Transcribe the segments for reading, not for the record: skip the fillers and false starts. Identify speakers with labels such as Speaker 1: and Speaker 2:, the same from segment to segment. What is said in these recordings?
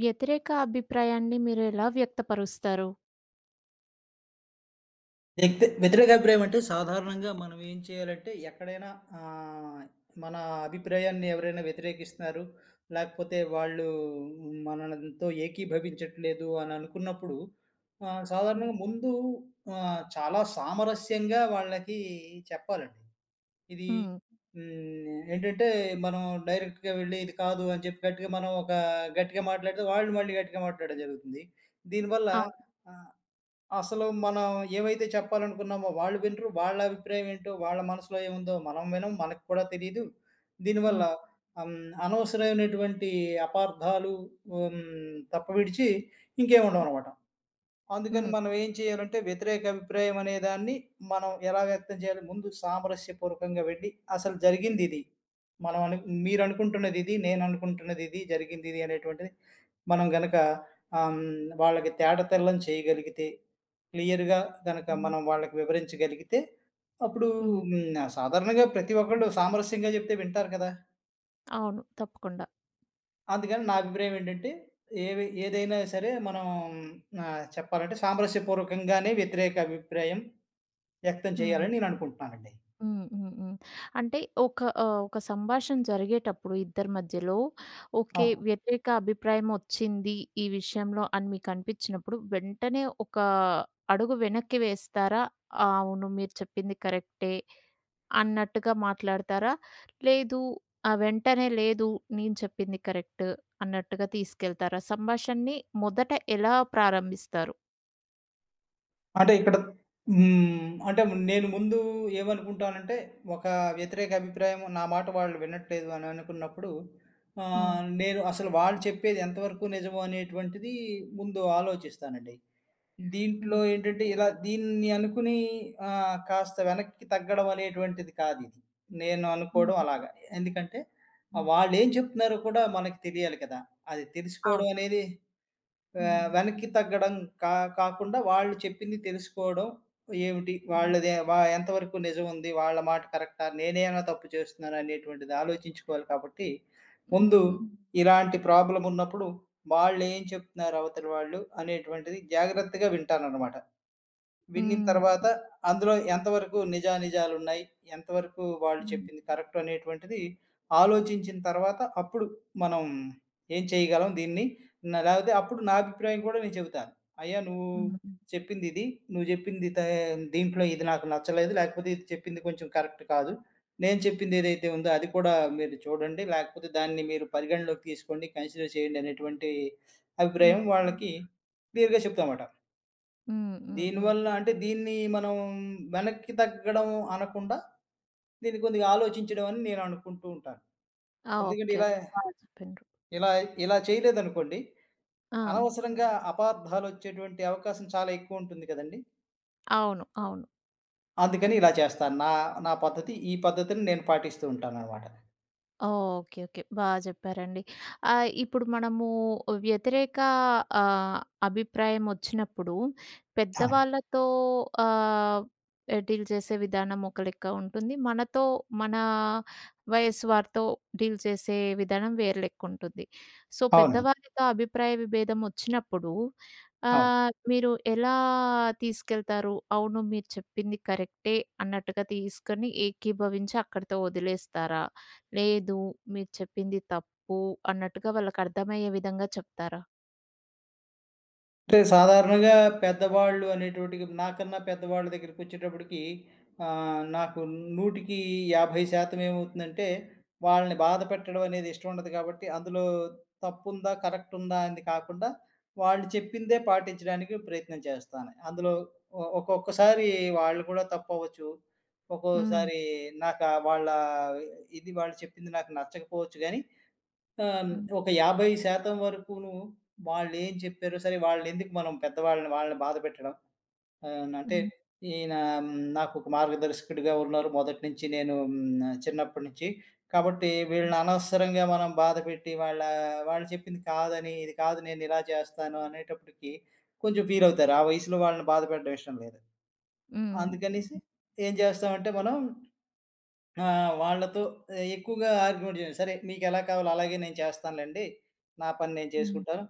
Speaker 1: వ్యతిరేక అభిప్రాయాన్ని మీరెలా వ్యక్తపరుస్తారు?
Speaker 2: వ్యక్తి వ్యతిరేక అభిప్రాయం అంటే సాధారణంగా మనం ఏం చేయాలంటే ఎక్కడైనా ఆహ్, మన అభిప్రాయాన్ని ఎవరైనా వ్యతిరేకిస్తున్నారు, లేకపోతే వాళ్ళు మననంతో ఏకీభవించట్లేదు అని అనుకున్నప్పుడు
Speaker 1: హ్మ్.
Speaker 2: సాధారణంగా ముందు చాలా సామరస్యంగా వాళ్ళకి చెప్పాలండి. ఇది
Speaker 1: హ్మ్.
Speaker 2: హ్మ్. ఏంటంటే మనం డైరెక్ట్‌గా వెళ్లి ఇది కాదు అని చెప్పి గట్టిగా మనం ఒక గట్టిగా మాట్లాడితే వాళ్ళు మళ్ళీ గట్టిగా మాట్లాడడం జరుగుతుంది. దీనివల్ల
Speaker 1: అవును.
Speaker 2: ఆ! అసలు మనం ఏవైతే చెప్పాలనుకున్నామో వాళ్ళు వినరు. వాళ్ళ అభిప్రాయం ఏంటో, వాళ్ళ మనసులో ఏముందో మనం వినం. మనకు కూడా తెలీదు. దీనివల్ల
Speaker 1: హ్మ్.
Speaker 2: అనవసరమైనటువంటి అపార్థాలు హ్మ్, తప్ప విడిచి ఇంకేం ఉండవనమాట. అందుకని
Speaker 1: హ్మ్.
Speaker 2: మనం ఏం చేయాలంటే వ్యతిరేక అభిప్రాయం అనే దాన్ని మనం ఎలా వ్యక్తం చేయాలి? ముందు సామరస్యపూర్వకంగా వెళ్ళి అసలు జరిగిందిది. మనం అను మీరనుకుంటున్నదిది. నేననుకుంటున్నదిది. జరిగిందిది అనేటువంటిది మనం గనక వాళ్ళకి తేటతెల్లం చేయగలిగితే, క్లియర్‌గా గనక
Speaker 1: హ్మ్.
Speaker 2: మనం వాళ్ళకి వివరించగలిగితే, అప్పుడు
Speaker 1: హ్మ్.
Speaker 2: సాధారణంగా ప్రతి ఒక్కళ్ళు సామరస్యంగా చెప్తే వింటారు కదా!
Speaker 1: అవును. తప్పకుండా.
Speaker 2: అందుకని నా అభిప్రాయం ఏంటంటే, ఏవి ఏదైనా సరే మనం చెప్పాలంటే సామరస్యపూర్వకంగానే వ్యతిరేక అభిప్రాయం వ్యక్తం
Speaker 1: హ్మ్.
Speaker 2: చేయాలని నేను అనుకుంటున్నానండి.
Speaker 1: హ్మ్. హ్మ్. హ్మ్. అంటే ఒక ఒక సంభాషణ జరిగేటప్పుడు ఇద్దరి మధ్యలో ఓకే.
Speaker 2: అవును.
Speaker 1: వ్యతిరేక అభిప్రాయం ఒచ్చింది ఈ విషయంలో అని మీకనిపించినప్పుడు వెంటనే ఒక అడుగు వెనక్కి వేస్తారా? అవును. మీరు చెప్పింది కరెక్టే. అన్నట్టుగా మాట్లాడతారా? లేదు, వెంటనే లేదు, నేను చెప్పింది కరెక్ట్ అన్నట్టుగా తీసుకెళ్తారా? సంభాషణని మొదట ఎలా ప్రారంభిస్తారు?
Speaker 2: అంటే ఇక్కడ అంటే నేను ముందు ఏమనుకుంటానంటే, ఒక వ్యతిరేక అభిప్రాయం నా మాట వాళ్ళు వినట్లేదు అని అనుకున్నప్పుడు
Speaker 1: హ్మ్.
Speaker 2: నేను అసలు వాళ్ళు చెప్పేది ఎంతవరకు నిజమో అనేటువంటిది ముందు ఆలోచిస్తానండి. దీంట్లో
Speaker 1: హ్మ్.
Speaker 2: ఏంటంటే ఇలా దీన్ని అనుకుని కాస్త వెనక్కి తగ్గడం అనేటువంటిది కాదిది. నేను అనుకోవడం
Speaker 1: హ్మ్.
Speaker 2: అలాగా. ఎందుకంటే
Speaker 1: హ్మ్.
Speaker 2: వాళ్ళేం చెప్తున్నారో కూడా మనకి తెలియాలి కదా! అది తెలుసుకోవడం
Speaker 1: అవును.
Speaker 2: అనేది
Speaker 1: హ్మ్.
Speaker 2: వెనక్కి తగ్గడం కా కాకుండా వాళ్ళు చెప్పింది తెలుసుకోవడం ఏమిటి?
Speaker 1: హ్మ్.
Speaker 2: వాళ్ళదే వా ఎంతవరకు నిజముంది? వాళ్ళ మాట కరెక్టా? నేనేమైనా తప్పు చేస్తున్నానా? అనేటువంటిది ఆలోచించుకోవాలి కాబట్టి, ముందు
Speaker 1: హ్మ్.
Speaker 2: ఇలాంటి ప్రాబ్లమున్నప్పుడు వాళ్ళేం చెప్తున్నారు అవతలి వాళ్ళు అనేటువంటిది జాగ్రత్తగా వింటాననమాట. విన్నిన
Speaker 1: హ్మ్.
Speaker 2: తర్వాత అందులో ఎంతవరకు నిజానిజాలున్నాయి, ఎంతవరకు వాళ్ళు
Speaker 1: హ్మ్. హ్మ్.
Speaker 2: చెప్పింది కరెక్ట్ అనేటువంటిది ఆలోచించిన తర్వాత అప్పుడు మనం ఏం చేయగలం దీన్ని లేకపోతే అప్పుడు నా అభిప్రాయం కూడా నేను చెబుతాను. "అయ్యా! నువ్వు
Speaker 1: హ్మ్.
Speaker 2: చెప్పిందిది. నువ్వు చెప్పింది తే దీంట్లో ఇది నాకు నచ్చలేదు. లేకపోతే ఇది చెప్పింది కొంచెం కరెక్ట్ కాదు. నేను చెప్పింది ఏదైతే ఉందో అది కూడా మీరు చూడండి. లేకపోతే దాన్ని మీరు పరిగణలోకి తీసుకోండి. కన్సిడర్ చేయండి" అనేటువంటి
Speaker 1: హ్మ్.
Speaker 2: అభిప్రాయం వాళ్ళకి క్లియర్‌గా చెప్తామాట.
Speaker 1: హ్మ్. హ్మ్.
Speaker 2: దీనివల్ల అంటే దీన్ని మనం వెనక్కి తగ్గడం అనకుండా, దీన్ని కొద్దిగా ఆలోచించడం అని నేను అనుకుంటూ ఉంటాను.
Speaker 1: ఆ!
Speaker 2: ఎందుకంటే
Speaker 1: ఓకే.
Speaker 2: ఇలా
Speaker 1: ఓకే. బాగా చెప్పిండ్రు.
Speaker 2: ఇలా ఇలా చేయలేదనుకోండి,
Speaker 1: ఆ!
Speaker 2: అనవసరంగా అపార్థాలొచ్చేటువంటి అవకాశం చాలా ఎక్కువుంటుంది కదండీ!
Speaker 1: అవును.
Speaker 2: అవును.
Speaker 1: అవును.
Speaker 2: అందుకని ఇలా చేస్తాను. నా నా పద్ధతి ఈ పద్ధతిని నేను పాటిస్తూ ఉంటాననమాట.
Speaker 1: ఓకే. ఓకే. బా జెప్పారండి. ఇప్పుడు మనము వ్యతిరేక ఆహ్, అభిప్రాయం ఒచ్చినప్పుడు
Speaker 2: ఆ!
Speaker 1: పెద్దవాళ్ళతో ఆహ్, ఎ డీల్ చేసే విధానం ఒక లెక్క ఉంటుంది. మనతో మన వయస్సు వారితో డీల్ చేసే విధానం వేరు లెక్కుంటుంది. సో,
Speaker 2: అవునండి.
Speaker 1: పెద్దవారితో అభిప్రాయ విభేదం ఒచ్చినప్పుడు
Speaker 2: అవును.
Speaker 1: మీరు ఎలా తీసుకెళ్తారు? అవును, మీరు చెప్పింది కరెక్టే అన్నట్టుగా తీసుకొని ఏకీభవించి అక్కడితో వదిలేస్తారా? లేదు. మీరు చెప్పింది తప్పు అన్నట్టుగా వాళ్ళకర్థమయ్యే విధంగా చెప్తారా?
Speaker 2: అంటే సాధారణంగా పెద్దవాళ్ళు అనేటోటికి నాకన్నా పెద్దవాళ్ళ దగ్గరికొచ్చేటప్పటికి నాకు 100కి 50% ఏమవుతుందంటే, వాళ్ళని బాధ పెట్టడం అనేది ఇష్టం ఉండదు కాబట్టి, అందులో తప్పుందా, కరెక్ట్ ఉందా అనేది కాకుండా, వాళ్ళు చెప్పిందే పాటించడానికి ప్రయత్నం చేస్తాను. అందులో ఒక్కొక్కసారి వాళ్ళు కూడా తప్పవ్వచ్చు.
Speaker 1: హ్మ్.
Speaker 2: ఒక్కోసారి నాకా వాళ్ళ ఇది వాళ్ళు చెప్పింది నాకు నచ్చకపోవచ్చు గానీ, ఆహ్,
Speaker 1: హ్మ్.
Speaker 2: ఒక 50% వరకును వాళ్ళేం చెప్పారో సరే వాళ్ళెందుకు మనం పెద్దవాళ్ళని వాళ్ళని బాధ పెట్టడం. అంటే
Speaker 1: హ్మ్.
Speaker 2: ఈయన హ్మ్, నాకొక మార్గదర్శకుడిగా ఉన్నారు మొదటి నుంచి నేను చిన్నప్పటి నుంచి. కాబట్టి
Speaker 1: హ్మ్.
Speaker 2: వీళ్ళని అనవసరంగా మనం బాధ పెట్టి వాళ్ళు చెప్పింది కాదని, ఇది కాదు నేనిలా చేస్తాను అనేటప్పటికి కొంచెం ఫీలవుతారు. ఆ వయసులో వాళ్ళని బాధ పెట్టడం ఇష్టం లేదు.
Speaker 1: హ్మ్.
Speaker 2: అందుకనేసి ఏం చేస్తామంటే మనం ఆ! వాళ్ళతో ఎక్కువగా ఆర్గ్యుమెంట్ చేయను. సరే మీకెలా కావాలో అలాగే నేను చేస్తానులెండి. నా పని నేను
Speaker 1: హ్మ్.
Speaker 2: చేసుకుంటాను.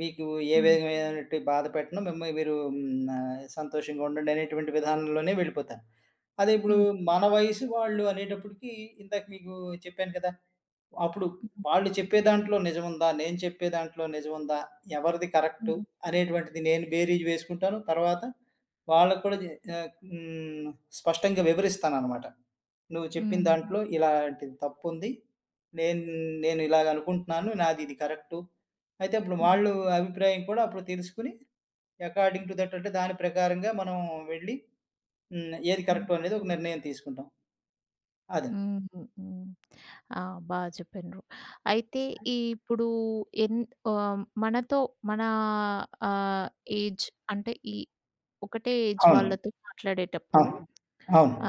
Speaker 2: మీకు ఏ
Speaker 1: హ్మ్.
Speaker 2: విధమైనటువంటి బాధ పెట్టను. మీరు సంతోషంగా ఉండండి అనేటువంటి విధానంలోనే వెళ్ళిపోతాను. అదే ఇప్పుడు
Speaker 1: హ్మ్.
Speaker 2: మన వయసు వాళ్ళు అనేటప్పటికి ఇందాక మీకు చెప్పాను కదా! అప్పుడు
Speaker 1: హ్మ్.
Speaker 2: వాళ్ళు చెప్పే దాంట్లో నిజముందా? నేను చెప్పే దాంట్లో నిజముందా? ఎవరిది కరెక్టు
Speaker 1: హ్మ్.
Speaker 2: అనేటువంటిది నేను బేరీజు వేసుకుంటాను. తర్వాత వాళ్ళకి కూడా జె ఆహ్, హ్మ్. స్పష్టంగా వివరిస్తాననమాట. నువ్వు చెప్పిన
Speaker 1: హ్మ్.
Speaker 2: దాంట్లో ఇలాంటిది తప్పుంది. నేను నేను ఇలాగ అనుకుంటున్నాను. నాది ఇది కరెక్టు. అయితే అప్పుడు వాళ్ళు అభిప్రాయం కూడా అప్పుడు తెలుసుకొని అకార్డింగ్ టు దట్ అంటే దాని ప్రకారంగా మనం వెళ్ళి ఏది
Speaker 1: హ్మ్.
Speaker 2: కరెక్టు అనేది ఒక నిర్ణయం తీసుకుంటాం. అదే.
Speaker 1: హ్మ్. హ్మ్. ఆ! బా చెప్పిన్రు. అయితే ఇప్పుడు ఎన్ మనతో మన ఆహ్, ఏజ్ అంటే ఈ ఒకటే ఏజ్
Speaker 2: అవును.
Speaker 1: వాళ్ళతో మాట్లాడేటప్పుడు
Speaker 2: అవును. అవును.
Speaker 1: ఆ!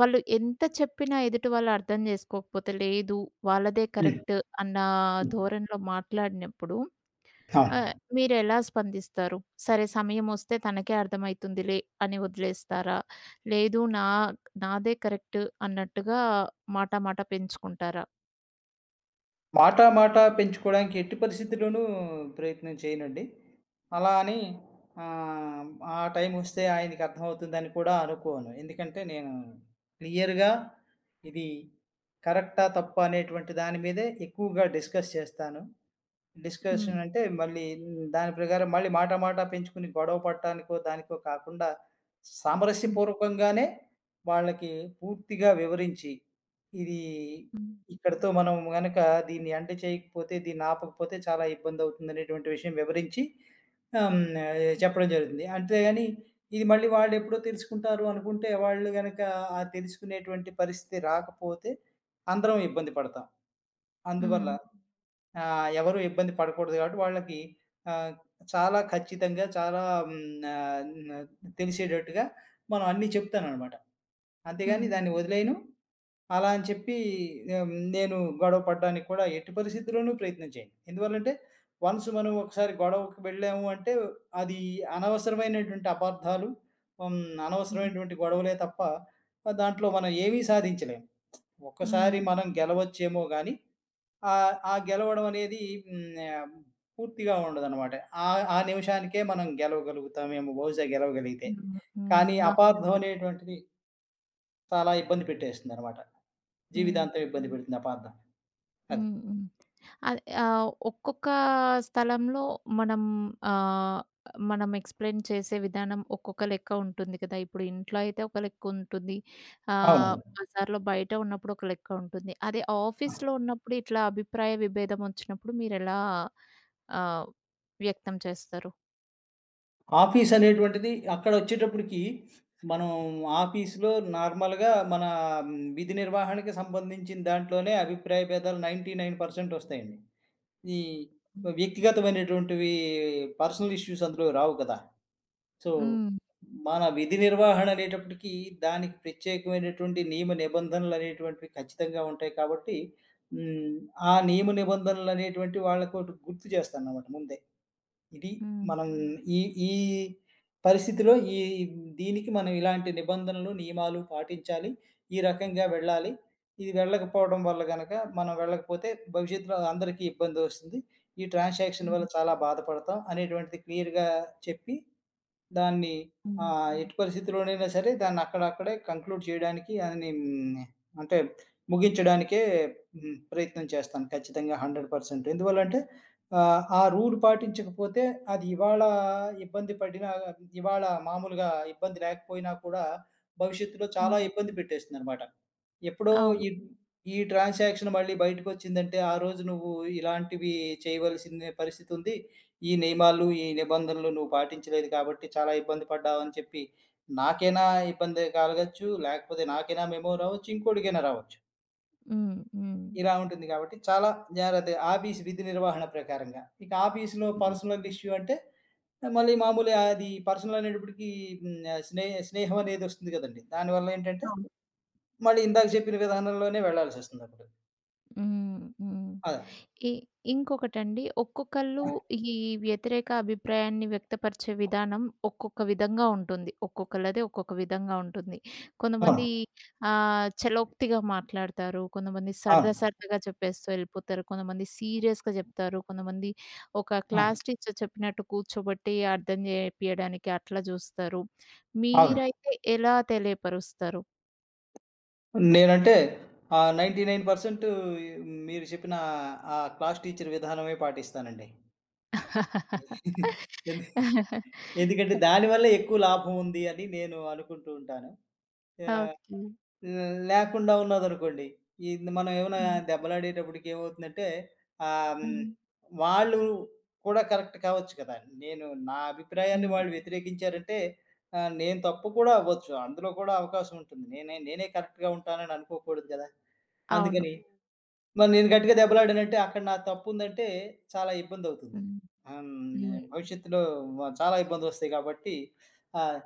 Speaker 1: వాళ్ళు ఎంత చెప్పినా ఎదుటి వాళ్ళు అర్థం చేసుకోకపోతే, లేదు, వాళ్ళదే
Speaker 2: హ్మ్.
Speaker 1: కరెక్ట్ అన్న
Speaker 2: హ్మ్.
Speaker 1: ధోరణిలో మాట్లాడినప్పుడు
Speaker 2: అవును.
Speaker 1: మీరెలా స్పందిస్తారు? సరే సమయమొస్తే తనకే అర్థమైతుందిలే అని వదిలేస్తారా? లేదు, నాదే కరెక్ట్ అన్నట్టుగా మాట మాట పెంచుకుంటారా?
Speaker 2: మాట, మాట పెంచుకోవడానికి ఎట్టి పరిస్థితిలోనూ ప్రయత్నం చేయనండి. అలా అని ఆహ్, ఆ టైమొస్తే ఆయనకి అర్థమవుతుందని కూడా అనుకోను. ఎందుకంటే నేను క్లియర్‌గా ఇది కరెక్టా? తప్పా? అనేటువంటి దాని మీదే ఎక్కువగా డిస్కస్ చేస్తాను.
Speaker 1: హ్మ్.
Speaker 2: డిస్కషన్ అంటే మళ్ళీ దాని ప్రకారం మళ్ళీ మాట మాట పెంచుకుని గొడవ పడటానికో దానికో కాకుండా
Speaker 1: హ్మ్.
Speaker 2: సామరస్యపూర్వకంగానే వాళ్ళకి పూర్తిగా వివరించి ఇది
Speaker 1: హ్మ్.
Speaker 2: ఇక్కడితో మనం గనక దీన్ని అంటే చేయకపోతే దీన్ని ఆపకపోతే చాలా ఇబ్బంది అవుతుంది అనేటువంటి విషయం వివరించి ఆమ్, చెప్పడం జరుగుతుంది అంతేగాని ఇది మళ్ళీ వాళ్ళు ఎప్పుడో తెలుసుకుంటారు అనుకుంటే వాళ్ళు గనక ఆ తెలుసుకునేటువంటి పరిస్థితి రాకపోతే అందరం ఇబ్బంది పడతాం అందువల్ల
Speaker 1: హ్మ్.
Speaker 2: ఆ! ఎవరు ఇబ్బంది పడకూడదు కాబట్టి వాళ్ళకి ఆహ్, చాలా ఖచ్చితంగా చాలా హ్మ్. ఆహ్, న తెలిసేటట్టుగా మనం అన్నీ చెప్తాననమాట. అంతేగాని
Speaker 1: హ్మ్.
Speaker 2: దాన్ని వదిలేయను. అలా అని చెప్పి నేను గొడవ పడడానికి కూడా ఎట్టి పరిస్థితిలోనూ ప్రయత్నం చేయను. ఎందువల్లంటే వన్స్ మనం ఒకసారి గొడవకి వెళ్ళాము అంటే అది అనవసరమైనటువంటి అపార్థాలు, హ్మ్.
Speaker 1: హ్మ్.
Speaker 2: అనవసరమైనటువంటి గొడవలే తప్ప దాంట్లో మనం ఏమీ సాధించలేము. ఒక్కసారి
Speaker 1: హ్మ్.
Speaker 2: మనం గెలవచ్చేమో గానీ ఆ గెలవడం అనేది హ్మ్. ఆహ్, పూర్తిగా ఉండదనమాట. ఆ ఆ నిమిషానికే మనం గెలవగలుగుతామేమో బహుశా గెలవగలిగితే.
Speaker 1: హ్మ్. హ్మ్.
Speaker 2: కానీ
Speaker 1: బాగా
Speaker 2: అపార్థం
Speaker 1: చెప్పారు.
Speaker 2: అనేటువంటిది చాలా ఇబ్బంది పెట్టేస్తుందనమాట.
Speaker 1: హ్మ్.
Speaker 2: జీవితాంతం ఇబ్బంది పెడుతుంది అపార్థం. అది.
Speaker 1: హ్మ్. హ్మ్. అది ఒక్కొక్క స్థలంలో మనం ఆహ్, మనం ఎక్స్‌ప్లెయిన్ చేసే విధానం ఒక్కొక్క లెక్క ఉంటుంది కదా! ఇప్పుడు ఇంట్లో అయితే ఒక లెక్క ఉంటుంది. ఆహ్,
Speaker 2: అవునండి.
Speaker 1: బజార్‌లో బయట ఉన్నప్పుడు ఒక లెక్క ఉంటుంది. అదే
Speaker 2: ఆ!
Speaker 1: ఆఫీస్‌లో ఉన్నప్పుడు ఇట్లా అభిప్రాయ విభేదం వచ్చినప్పుడు మీరెలా ఆహ్, వ్యక్తం చేస్తారు?
Speaker 2: ఆఫీస్ అనేటువంటిది అక్కడొచ్చేటప్పటికి మనం ఆఫీస్‌లో నార్మల్‌గా మన విధి నిర్వహణకి సంబంధించిన దాంట్లోనే అభిప్రాయ భేదాలు 99% వస్తాయండి. ఈ
Speaker 1: హ్మ్.
Speaker 2: వ్యక్తిగతమైనటువంటివి పర్సనల్ ఇష్యూస్ అందులో రావు కదా! సో,
Speaker 1: హ్మ్.
Speaker 2: మన విధి నిర్వహణ అనేటప్పటికి దానికి ప్రత్యేకమైనటువంటి నియమ నిబంధనలనేటువంటివి ఖచ్చితంగా ఉంటాయి కాబట్టి, హ్మ్. ఆ నియమ నిబంధనలనేటువంటి వాళ్ళకోటి గుర్తు చేస్తానన్నమాట ముందే. ఇది మనం ఈ ఈ పరిస్థితిలో ఈ దీనికి మనం ఇలాంటి నిబంధనలు, నియమాలు పాటించాలి. ఈ రకంగా వెళ్ళాలి. ఇది వెళ్ళకపోవడం వల్ల గనక మనం వెళ్ళకపోతే భవిష్యత్తులో అందరికీ ఇబ్బందొస్తుంది. ఈ ట్రాన్సాక్షన్ వల్ల
Speaker 1: హ్మ్.
Speaker 2: చాలా బాధపడతాం అనేటువంటిది క్లియర్‌గా చెప్పి, దాన్ని
Speaker 1: హ్మ్.
Speaker 2: ఎట్టి పరిస్థితిలోనైనా సరే దాన్ని అక్కడక్కడే కంక్లూడ్ చేయడానికి అని అంటే ముగించడానికే ప్రయత్నం చేస్తాను ఖచ్చితంగా 100%. ఎందువల్లంటే ఆ రూల్ పాటించకపోతే అది ఇవాళ ఇబ్బంది పడినా ఇవాళ మామూలుగా ఇబ్బంది లేకపోయినా కూడా భవిష్యత్తులో చాలా
Speaker 1: హ్మ్.
Speaker 2: ఇబ్బంది పెట్టేస్తుందనమాట. ఎప్పుడో
Speaker 1: అవును.
Speaker 2: ఈ ఈ ట్రాన్సాక్షన్ మళ్ళీ బయటకొచ్చిందంటే, ఆ రోజు నువ్వు ఇలాంటివి చేయవలసిన పరిస్థితుంది. ఈ నియమాలు, ఈ నిబంధనలు నువ్వు పాటించలేదు కాబట్టి చాలా ఇబ్బంది పడ్డావని చెప్పి నాకైనా ఇబ్బంది కలగచ్చు. లేకపోతే నాకైనా మెమో రావచ్చు. ఇంకోడికైనా రావచ్చు.
Speaker 1: హ్మ్. హ్మ్.
Speaker 2: ఇలా ఉంటుంది కాబట్టి చాలా జాగ్రత్త. ఆఫీస్ విధి నిర్వహణ ప్రకారంగా. ఇక ఆఫీస్‌లో
Speaker 1: హ్మ్.
Speaker 2: పర్సనల్ ఇష్యూ అంటే మళ్ళీ మామూలే అది పర్సనల్ అనేటప్పటికి హ్మ్. ఆహ్, స్నే స్నేహం అనేది వస్తుంది కదండీ! దానివల్ల ఏంటంటే
Speaker 1: అవును.
Speaker 2: మళ్ళీ ఇందాక చెప్పిన విధానంలోనే వెళ్ళాల్సొస్తుందప్పుడు.
Speaker 1: హ్మ్. హ్మ్.
Speaker 2: అదే.
Speaker 1: ఇ ఇంకొకటండి. ఒక్కొక్కళ్ళు ఈ వ్యతిరేక అభిప్రాయాన్ని వ్యక్తపరిచే విధానం ఒక్కొక్క విధంగా ఉంటుంది. ఒక్కొక్కళ్ళది ఒక్కొక్క విధంగా ఉంటుంది.
Speaker 2: అవును.
Speaker 1: కొంతమంది చలోక్తిగా మాట్లాడతారు. కొంతమంది సరదా
Speaker 2: అవును.
Speaker 1: సరదాగా చెప్పేస్తూ ఎళ్ళిపోతారు. కొంతమంది సీరియస్‌గా చెప్తారు. కొంతమంది ఒక
Speaker 2: ఆ!
Speaker 1: క్లాస్ టీచర్ చెప్పినట్టు కూర్చోబెట్టి అర్థం చేపియడానికి అట్లా చూస్తారు.
Speaker 2: అవును.
Speaker 1: మీరైతే ఎలా తెలియపరుస్తారు?
Speaker 2: నేనంటే 99% మీరు చెప్పిన ఆ క్లాస్ టీచర్ విధానమే పాటిస్తానండి. ఎందు ఎందుకంటే దానివల్లే ఎక్కువ లాభం ఉంది అని నేను అనుకుంటూ ఉంటాను. ఆహ్
Speaker 1: ఓకే.
Speaker 2: హ్మ్. లేకుండా ఉన్నదనుకోండి. ఇది మనం ఏమైనా
Speaker 1: హ్మ్.
Speaker 2: దెబ్బలాడేటప్పటికి ఏమవుతుందంటే ఆహ్, హ్మ్.
Speaker 1: హ్మ్.
Speaker 2: వాళ్ళు కూడా కరెక్ట్ కావచ్చు కదా! నేను నా అభిప్రాయాన్ని
Speaker 1: హ్మ్.
Speaker 2: వాళ్ళు వ్యతిరేకించారంటే నేను తప్పు కూడా అవ్వచ్చు. అందులో కూడా అవకాశం ఉంటుంది. నేనే నేనే కరెక్ట్‌గా ఉంటానని అనుకోకూడదు గదా!
Speaker 1: అవును.
Speaker 2: అందుకని మరి నేను గట్టిగా దెబ్బలాడానంటే అక్కడ నా తప్పుందంటే చాలా ఇబ్బందవుతుంది.
Speaker 1: హ్మ్.
Speaker 2: హ్మ్.
Speaker 1: హ్మ్.
Speaker 2: భవిష్యత్తులో చాలా ఇబ్బందొస్తాయి కాబట్టి ఆహ్,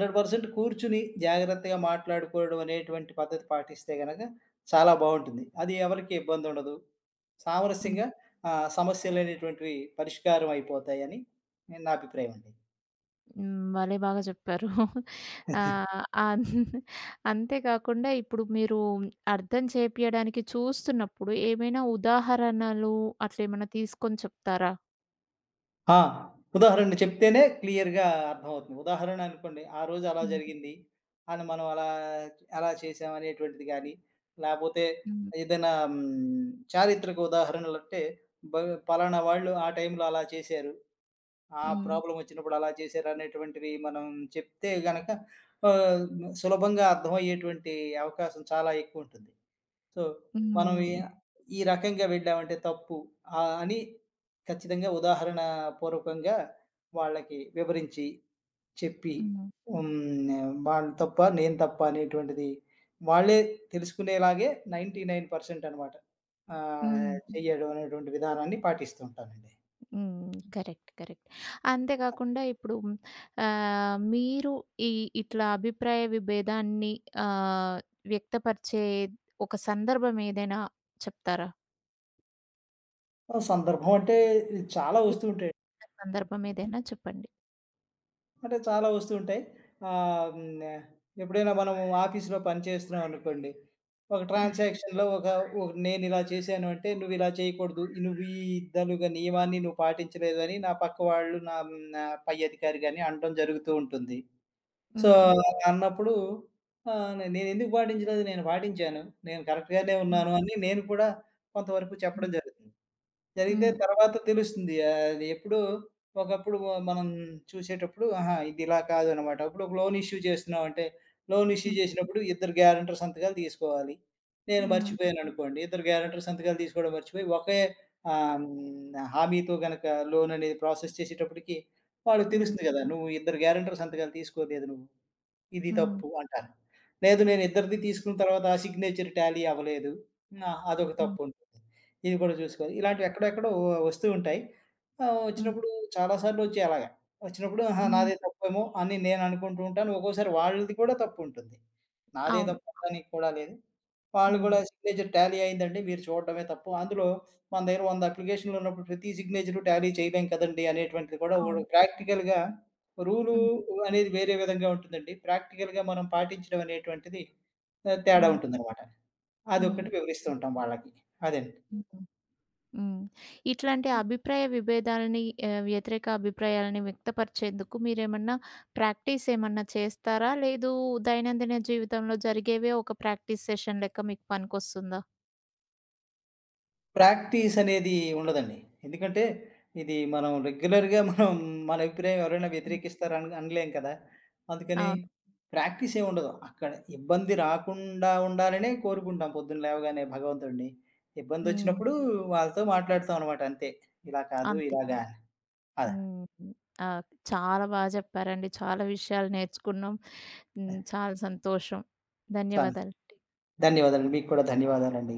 Speaker 2: 100% కూర్చుని జాగ్రత్తగా మాట్లాడుకోవడం అనేటువంటి పద్ధతి పాటిస్తే గనక చాలా బావుంటుంది. అది ఎవరికీ ఇబ్బందుండదు.
Speaker 1: హ్మ్.
Speaker 2: సామరస్యంగా సమస్యలనేటువంటివి పరిష్కారం అయిపోతాయని నా అభిప్రాయమండి.
Speaker 1: హ్మ్. భలే బాగా చెప్పారు. ఆహ్, అన్ అంతే కాకుండా ఇప్పుడు మీరు అర్థం చేపియడానికి చూస్తున్నప్పుడు ఏమైనా ఉదాహరణలు అట్లేమన్నా తీసుకొని చెప్తారా?
Speaker 2: ఆ! ఉదాహరణ చెప్తేనే క్లియర్‌గా అర్థమవుతుంది. ఉదాహరణ అనుకోండి, ఆ రోజు అలా
Speaker 1: హ్మ్.
Speaker 2: జరిగింది అని మనం అలా చేశాం అనేటువంటిది గానీ, లేపోతే
Speaker 1: హ్మ్.
Speaker 2: ఏదైనా చారిత్రక ఉదాహరణలంటే బ పలానా వాళ్ళు ఆ టైంలో అలా చేశారు. ఆ
Speaker 1: హ్మ్.
Speaker 2: ప్రాబ్లమ్ వచ్చినప్పుడు అలా చేశారు అనేటువంటివి మనం చెప్తే గనక ఆహ్, సులభంగా అర్థమయ్యేటువంటి అవకాశం చాలా ఎక్కువుంటుంది. సో, మనం ఈ
Speaker 1: హ్మ్.
Speaker 2: ఈ రకంగా వెళ్ళామంటే తప్పు అని ఖచ్చితంగా ఉదాహరణ పూర్వకంగా వాళ్ళకి వివరించి, చెప్పి
Speaker 1: హ్మ్.
Speaker 2: హ్మ్. వాళ్ళు తప్ప, నేను తప్ప అనేటువంటిది వాళ్ళే తెలుసుకునేలాగే 99% అనమాట.
Speaker 1: హ్మ్.
Speaker 2: చెయ్యడం అనేటువంటి విధానాన్ని పాటిస్తూ ఉంటానండి.
Speaker 1: హ్మ్. కరెక్ట్. కరెక్ట్. అంతే కాకుండా ఇప్పుడు మీరు ఈ ఇట్లా అభిప్రాయ విభేదాన్ని ఆహ్, వ్యక్తపరిచే ఒక సందర్భం ఏదైనా చెప్తారా?
Speaker 2: ఆ! సందర్భం అంటే చాలా వస్తూ
Speaker 1: మీకున్న
Speaker 2: ఉంటాయండి.
Speaker 1: సందర్భం ఏదైనా చెప్పండి.
Speaker 2: అంటే చాలా వస్తూ ఉంటాయి. ఆహ్, హ్మ్. ఎప్పుడైనా మనము ఆఫీస్‌లో పని చేస్తున్నాం అనుకోండి. ఒక
Speaker 1: హ్మ్.
Speaker 2: ట్రాన్సాక్షన్‌లో ఒక ఒ నేనిలా చేశాను అంటే, "నువ్విలా చేయకూడదు. నువ్వు ఈ ఇదనుగ నియమాన్ని నువ్వు పాటించలేదు" అని నా పక్క వాళ్ళు నా నా పై అధికారి గాని అనటం జరుగుతూ ఉంటుంది. సో,
Speaker 1: హ్మ్.
Speaker 2: అలా అన్నప్పుడు ఆహ్, నే నేనెందుకు పాటించలేదు? నేను పాటించాను. నేను కరెక్ట్‌గానే
Speaker 1: హ్మ్.
Speaker 2: ఉన్నాను అని నేను కూడా కొంతవరకు
Speaker 1: హ్మ్.
Speaker 2: చెప్పడం జరుగుతుంది. జరిగితే
Speaker 1: హ్మ్.
Speaker 2: తర్వాత తెలుస్తుంది. అది ఎప్పుడూ ఒకప్పుడు మనం చూసేటప్పుడు ఆహా! ఇది ఇలా కాదనమాట. ఇప్పుడు ఒక లోన్ ఇష్యూ చేస్తున్నామంటే, లోన్ ఇష్యూ
Speaker 1: హ్మ్.
Speaker 2: చేసినప్పుడు ఇద్దరు గ్యారంటర్ సంతకాలు తీసుకోవాలి. నేను
Speaker 1: హ్మ్.
Speaker 2: మర్చిపోయాననుకోండి. ఇద్దరు గ్యారంటర్ సంతకాలు తీసుకోవడం మర్చిపోయి ఒకే హామీతో గనక లోన్ అనేది ప్రాసెస్ చేసేటప్పటికి వాళ్ళకి
Speaker 1: హ్మ్.
Speaker 2: తెలుస్తుంది గదా! నువ్వు ఇద్దరు గ్యారంటర్ సంతకాలు తీసుకోలేదు. ఇది
Speaker 1: హ్మ్.
Speaker 2: తప్పు అంటాను. లేదు నేను ఇద్దరిది తీసుకున్న తర్వాత ఆ సిగ్నేచర్ టాలీ అవ్వలేదు. ఆ! అదొక
Speaker 1: హ్మ్.
Speaker 2: తప్పుంటుంది. ఇది కూడా చూసుకోవాలి. ఇలాంటివి ఎక్కడెక్కడో వస్తూ ఉంటాయి.
Speaker 1: హ్మ్.
Speaker 2: వచ్చినప్పుడు చాలా సార్లు వచ్చాయి అలాగా. వచ్చినప్పుడు ఆహా!
Speaker 1: హ్మ్.
Speaker 2: నాదే తప్పేమో అని నేను అనుకుంటూ ఉంటాను. ఒక్కోసారి వాళ్ళది కూడా తప్పుంటుంది. నాదే
Speaker 1: అవును.
Speaker 2: తప్పనడానికి కూడా లేదు. వాళ్ళు కూడా
Speaker 1: హ్మ్.
Speaker 2: సిగ్నేచర్ టాలీ అయిందండి. మీరు చూడడమే తప్పు. అందులో మన దగ్గర 100 అప్లికేషన్‌లు ఉన్నప్పుడు ప్రతి సిగ్నేచరు టాలీ చేయలేం కదండీ! అనేటువంటిది కూడా ఓడు
Speaker 1: అవును.
Speaker 2: ప్రాక్టికల్‌గా రూలు
Speaker 1: హ్మ్.
Speaker 2: అనేది వేరే విధంగా ఉంటుందండి. ప్రాక్టికల్‌గా మనం పాటించడం అనేటువంటిది తేడా
Speaker 1: హ్మ్.
Speaker 2: ఉంటుందనమాట.
Speaker 1: హ్మ్.
Speaker 2: అదొక్కటి వివరిస్తూ ఉంటాం వాళ్ళకి. అదండి.
Speaker 1: హ్మ్. హ్మ్. ఇట్లాంటి అభిప్రాయ విభేదాలని వ్యతిరేక అభిప్రాయాలని వ్యక్తపరిచేందుకు మీరేమన్నా ప్రాక్టీస్ ఏమన్నా చేస్తారా? లేదు, దైనందిన జీవితంలో జరిగేవే ఒక ప్రాక్టీస్ సెషన్ లెక్క మీకు పనికొస్తుందా?
Speaker 2: ప్రాక్టీస్ అనేది ఉండదండి. ఎందుకంటే ఇది మనం రెగ్యులర్‌గా మనం మన అభిప్రాయం ఎవరైనా వ్యతిరేకిస్తారు అనలేం కదా! అందుకని
Speaker 1: అవును.
Speaker 2: ప్రాక్టీస్ ఏమి ఉండదు. అక్కడ ఇబ్బంది రాకుండా ఉండాలనే కోరుకుంటాం పొద్దున లేవగానే భగవంతుడిని.
Speaker 1: హ్మ్.
Speaker 2: ఇబ్బందొచ్చినప్పుడు వాళ్ళతో మాట్లాడుతాం అనమాట అంతే. ఇలా కాదు
Speaker 1: అంతే.
Speaker 2: ఇలాగా అని. అదే.
Speaker 1: హ్మ్. ఆ! చాలా బా చెప్పారండి. చాలా విషయాలు నేర్చుకున్నాం. హ్మ్. చాలా సంతోషం.
Speaker 2: సం
Speaker 1: ధన్యవాదాలండి.
Speaker 2: ధన్యవాదాలండి. మీకు కూడా ధన్యవాదాలండి.